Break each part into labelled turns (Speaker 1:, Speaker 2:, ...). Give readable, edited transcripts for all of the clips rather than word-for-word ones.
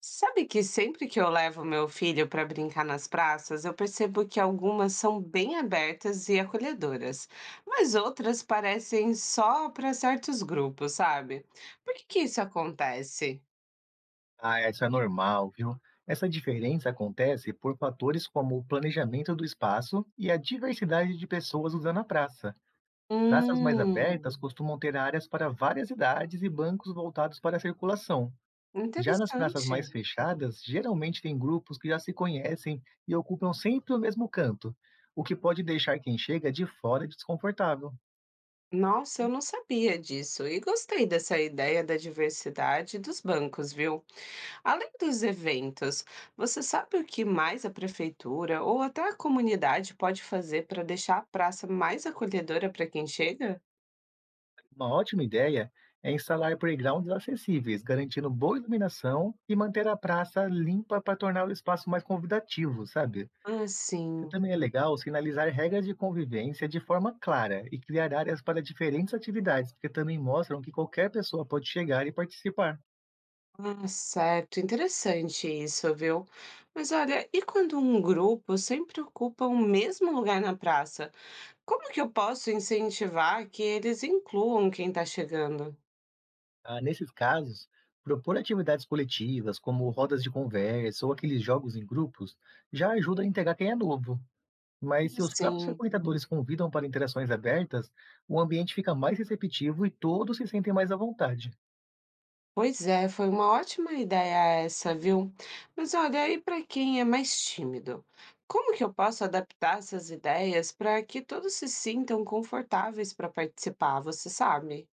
Speaker 1: Sabe que sempre que eu levo meu filho para brincar nas praças, eu percebo que algumas são bem abertas e acolhedoras, mas outras parecem só para certos grupos, sabe? Por que que isso acontece?
Speaker 2: Ah, isso é normal, viu? Essa diferença acontece por fatores como o planejamento do espaço e a diversidade de pessoas usando a praça. Praças mais abertas
Speaker 1: Hum,
Speaker 2: costumam ter áreas para várias idades e bancos voltados para a circulação. Já nas praças mais
Speaker 1: interessante.
Speaker 2: fechadas, geralmente tem grupos que já se conhecem e ocupam sempre o mesmo canto, o que pode deixar quem chega de fora desconfortável.
Speaker 1: Nossa, eu não sabia disso e gostei dessa ideia da diversidade dos bancos, viu? Além dos eventos, você sabe o que mais a prefeitura ou até a comunidade pode fazer para deixar a praça mais acolhedora para quem chega?
Speaker 2: Uma ótima ideia é instalar playgrounds acessíveis, garantindo boa iluminação e manter a praça limpa para tornar o espaço mais convidativo, sabe?
Speaker 1: Ah,
Speaker 2: E
Speaker 1: sim.
Speaker 2: também é legal sinalizar regras de convivência de forma clara e criar áreas para diferentes atividades, porque também mostram que qualquer pessoa pode chegar e participar.
Speaker 1: Ah, certo. Interessante isso, viu? Mas olha, e quando um grupo sempre ocupa o mesmo lugar na praça? Como que eu posso incentivar que eles incluam quem está chegando?
Speaker 2: Ah, nesses casos, propor atividades coletivas, como rodas de conversa ou aqueles jogos em grupos, já ajuda a integrar quem é novo. Mas se os próprios
Speaker 1: Sim.
Speaker 2: frequentadores convidam para interações abertas, o ambiente fica mais receptivo e todos se sentem mais à vontade.
Speaker 1: Pois é, foi uma ótima ideia essa, viu? Mas olha, aí para quem é mais tímido? Como que eu posso adaptar essas ideias para que todos se sintam confortáveis para participar, você sabe?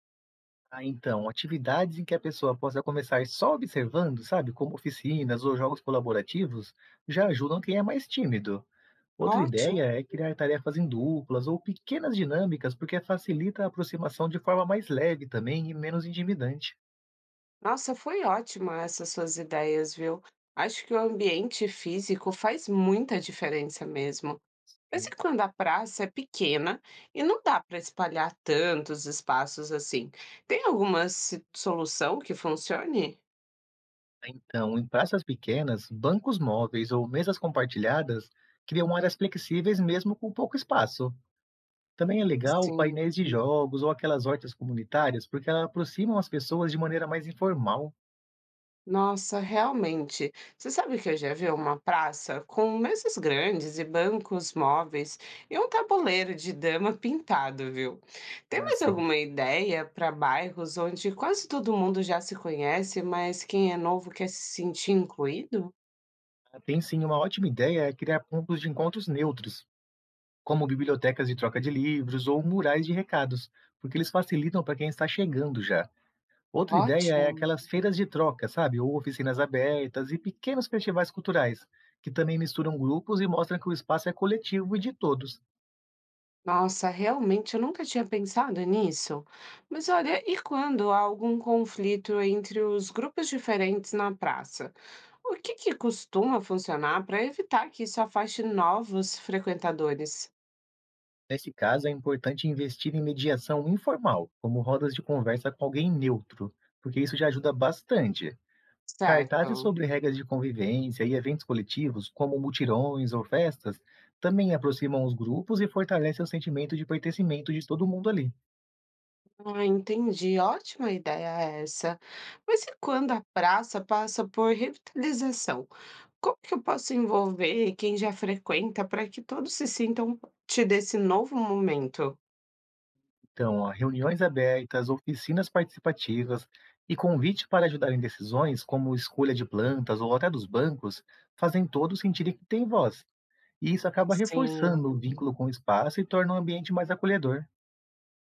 Speaker 2: Ah, então, atividades em que a pessoa possa começar só observando, sabe, como oficinas ou jogos colaborativos, já ajudam quem é mais tímido. Outra
Speaker 1: Ótimo.
Speaker 2: ideia é criar tarefas em duplas ou pequenas dinâmicas, porque facilita a aproximação de forma mais leve também e menos intimidante.
Speaker 1: Nossa, foi ótima essas suas ideias, viu? Acho que o ambiente físico faz muita diferença mesmo. Mas e quando a praça é pequena e não dá para espalhar tantos espaços assim? Tem alguma solução que funcione?
Speaker 2: Então, em praças pequenas, bancos móveis ou mesas compartilhadas criam áreas flexíveis mesmo com pouco espaço. Também é legal
Speaker 1: Sim.
Speaker 2: painéis de jogos ou aquelas hortas comunitárias, porque elas aproximam as pessoas de maneira mais informal.
Speaker 1: Nossa, realmente. Você sabe que eu já vi uma praça com mesas grandes e bancos móveis e um tabuleiro de dama pintado, viu? Tem
Speaker 2: Ah,
Speaker 1: mais
Speaker 2: sim.
Speaker 1: alguma ideia para bairros onde quase todo mundo já se conhece, mas quem é novo quer se sentir incluído?
Speaker 2: Ah, tem sim, uma ótima ideia é criar pontos de encontros neutros, como bibliotecas de troca de livros ou murais de recados, porque eles facilitam para quem está chegando já. Outra ideia é
Speaker 1: Ótimo.
Speaker 2: aquelas feiras de troca, sabe? Ou oficinas abertas e pequenos festivais culturais, que também misturam grupos e mostram que o espaço é coletivo e de todos.
Speaker 1: Nossa, realmente eu nunca tinha pensado nisso. Mas olha, e quando há algum conflito entre os grupos diferentes na praça? O que que costuma funcionar para evitar que isso afaste novos frequentadores?
Speaker 2: Nesse caso, é importante investir em mediação informal, como rodas de conversa com alguém neutro, porque isso já ajuda bastante. Cartazes
Speaker 1: Certo.
Speaker 2: sobre regras de convivência e eventos coletivos, como mutirões ou festas, também aproximam os grupos e fortalecem o sentimento de pertencimento de todo mundo ali.
Speaker 1: Ah, entendi. Ótima ideia essa. Mas e quando a praça passa por revitalização? Como que eu posso envolver quem já frequenta para que todos se sintam parte desse novo momento?
Speaker 2: Então, ó, reuniões abertas, oficinas participativas e convite para ajudar em decisões, como escolha de plantas ou até dos bancos, fazem todos sentirem que têm voz. E isso acaba
Speaker 1: Assim,
Speaker 2: reforçando o vínculo com o espaço e torna o ambiente mais acolhedor.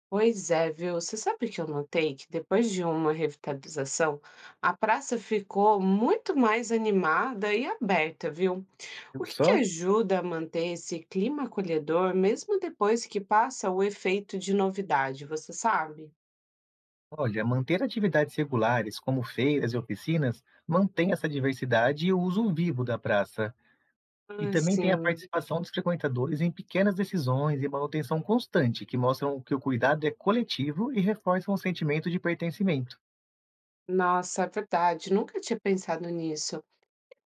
Speaker 1: pois é, viu? Você sabe que eu notei que depois de uma revitalização, a praça ficou muito mais animada e aberta, viu? O
Speaker 2: Eu
Speaker 1: que que
Speaker 2: só?
Speaker 1: ajuda a manter esse clima acolhedor mesmo depois que passa o efeito de novidade, você sabe?
Speaker 2: Olha, manter atividades regulares, como feiras e oficinas, mantém essa diversidade e o uso vivo da praça. E
Speaker 1: Ah,
Speaker 2: também tem a
Speaker 1: sim.
Speaker 2: participação dos frequentadores em pequenas decisões e manutenção constante, que mostram que o cuidado é coletivo e reforçam o sentimento de pertencimento.
Speaker 1: Nossa, é verdade. Nunca tinha pensado nisso.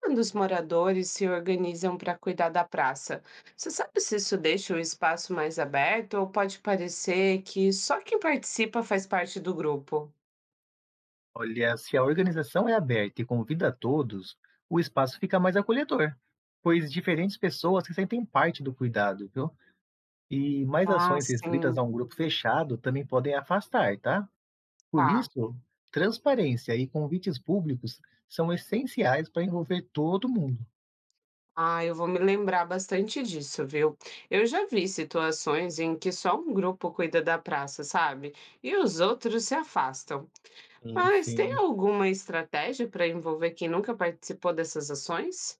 Speaker 1: Quando os moradores se organizam para cuidar da praça, você sabe se isso deixa o espaço mais aberto ou pode parecer que só quem participa faz parte do grupo?
Speaker 2: Olha, se a organização é aberta e convida a todos, o espaço fica mais acolhedor, pois diferentes pessoas se sentem parte do cuidado, viu? E mais
Speaker 1: Ah,
Speaker 2: ações restritas
Speaker 1: sim.
Speaker 2: a um grupo fechado também podem afastar, tá? Por
Speaker 1: Tá.
Speaker 2: isso, transparência e convites públicos são essenciais para envolver todo mundo.
Speaker 1: Ah, eu vou me lembrar bastante disso, viu? Eu já vi situações em que só um grupo cuida da praça, sabe? E os outros se afastam.
Speaker 2: Sim,
Speaker 1: Mas tem
Speaker 2: sim.
Speaker 1: alguma estratégia para envolver quem nunca participou dessas ações?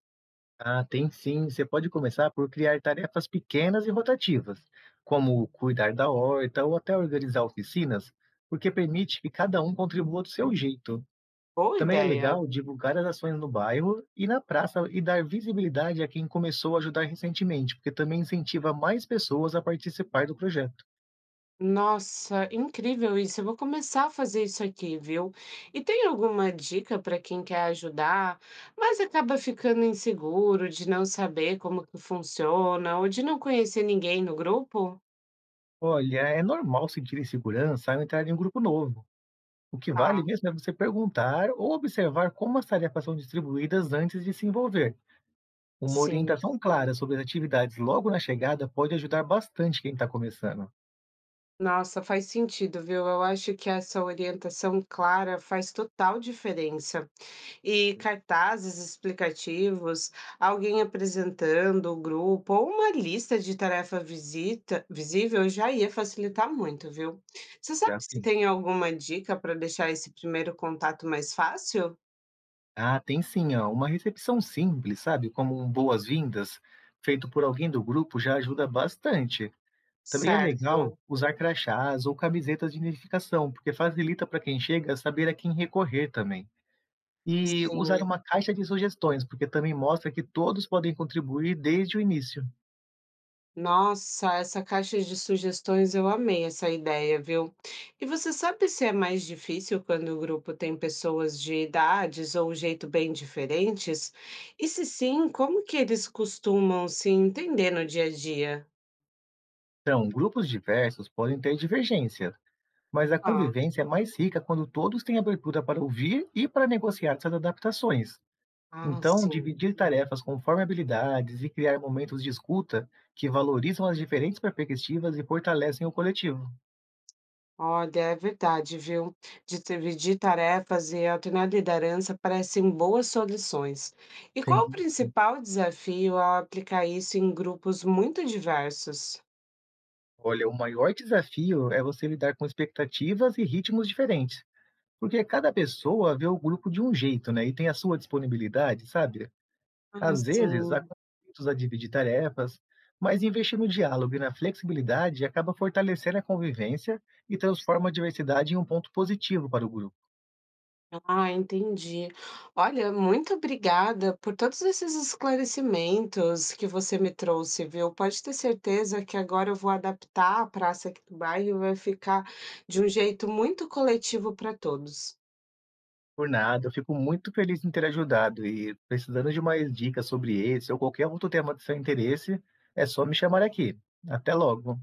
Speaker 2: Ah, tem sim. Você pode começar por criar tarefas pequenas e rotativas, como cuidar da horta ou até organizar oficinas, porque permite que cada um contribua do seu jeito.
Speaker 1: Boa
Speaker 2: Também é
Speaker 1: ideia.
Speaker 2: legal divulgar as ações no bairro e na praça e dar visibilidade a quem começou a ajudar recentemente, porque também incentiva mais pessoas a participar do projeto.
Speaker 1: Nossa, incrível isso. Eu vou começar a fazer isso aqui, viu? E tem alguma dica para quem quer ajudar, mas acaba ficando inseguro de não saber como que funciona ou de não conhecer ninguém no grupo?
Speaker 2: Olha, é normal sentir insegurança ao entrar em um grupo novo. O que vale
Speaker 1: Ah,
Speaker 2: mesmo é você perguntar ou observar como as tarefas são distribuídas antes de se envolver. Uma
Speaker 1: sim.
Speaker 2: orientação clara sobre as atividades logo na chegada pode ajudar bastante quem está começando.
Speaker 1: Nossa, faz sentido, viu? Eu acho que essa orientação clara faz total diferença. E cartazes explicativos, alguém apresentando o grupo ou uma lista de tarefa visível já ia facilitar muito, viu? Você sabe
Speaker 2: Já
Speaker 1: se
Speaker 2: tem.
Speaker 1: tem alguma dica para deixar esse primeiro contato mais fácil?
Speaker 2: Ah, tem sim, ó. Uma recepção simples, sabe? Como um boas-vindas, feito por alguém do grupo, já ajuda bastante. Também é legal
Speaker 1: Certo,
Speaker 2: usar crachás ou camisetas de identificação, porque facilita para quem chega saber a quem recorrer também. E usar
Speaker 1: sim.
Speaker 2: uma caixa de sugestões, porque também mostra que todos podem contribuir desde o início.
Speaker 1: Nossa, essa caixa de sugestões eu amei essa ideia, viu? E você sabe se é mais difícil quando o grupo tem pessoas de idades ou um jeito bem diferentes? E se sim, como que eles costumam se entender no dia a dia?
Speaker 2: Então, grupos diversos podem ter divergência, mas a
Speaker 1: Ah,
Speaker 2: convivência é mais rica quando todos têm abertura para ouvir e para negociar essas adaptações.
Speaker 1: ah,
Speaker 2: Então,
Speaker 1: sim.
Speaker 2: dividir tarefas conforme habilidades e criar momentos de escuta que valorizam as diferentes perspectivas e fortalecem o coletivo.
Speaker 1: Olha, é verdade, viu? De dividir tarefas e alternar liderança parecem boas soluções. E qual o
Speaker 2: Sim, sim.
Speaker 1: principal desafio ao aplicar isso em grupos muito diversos?
Speaker 2: Olha, o maior desafio é você lidar com expectativas e ritmos diferentes, porque cada pessoa vê o grupo de um jeito, né? E tem a sua disponibilidade, sabe?
Speaker 1: Ah,
Speaker 2: Às vezes, há
Speaker 1: sim.
Speaker 2: conflitos a dividir tarefas, mas investir no diálogo e na flexibilidade acaba fortalecendo a convivência e transforma a diversidade em um ponto positivo para o grupo.
Speaker 1: Ah, entendi. Olha, muito obrigada por todos esses esclarecimentos que você me trouxe, viu? Pode ter certeza que agora eu vou adaptar a praça aqui do bairro e vai ficar de um jeito muito coletivo para todos.
Speaker 2: Por nada, eu fico muito feliz em ter ajudado e precisando de mais dicas sobre esse ou qualquer outro tema de seu interesse, é só me chamar aqui. Até logo.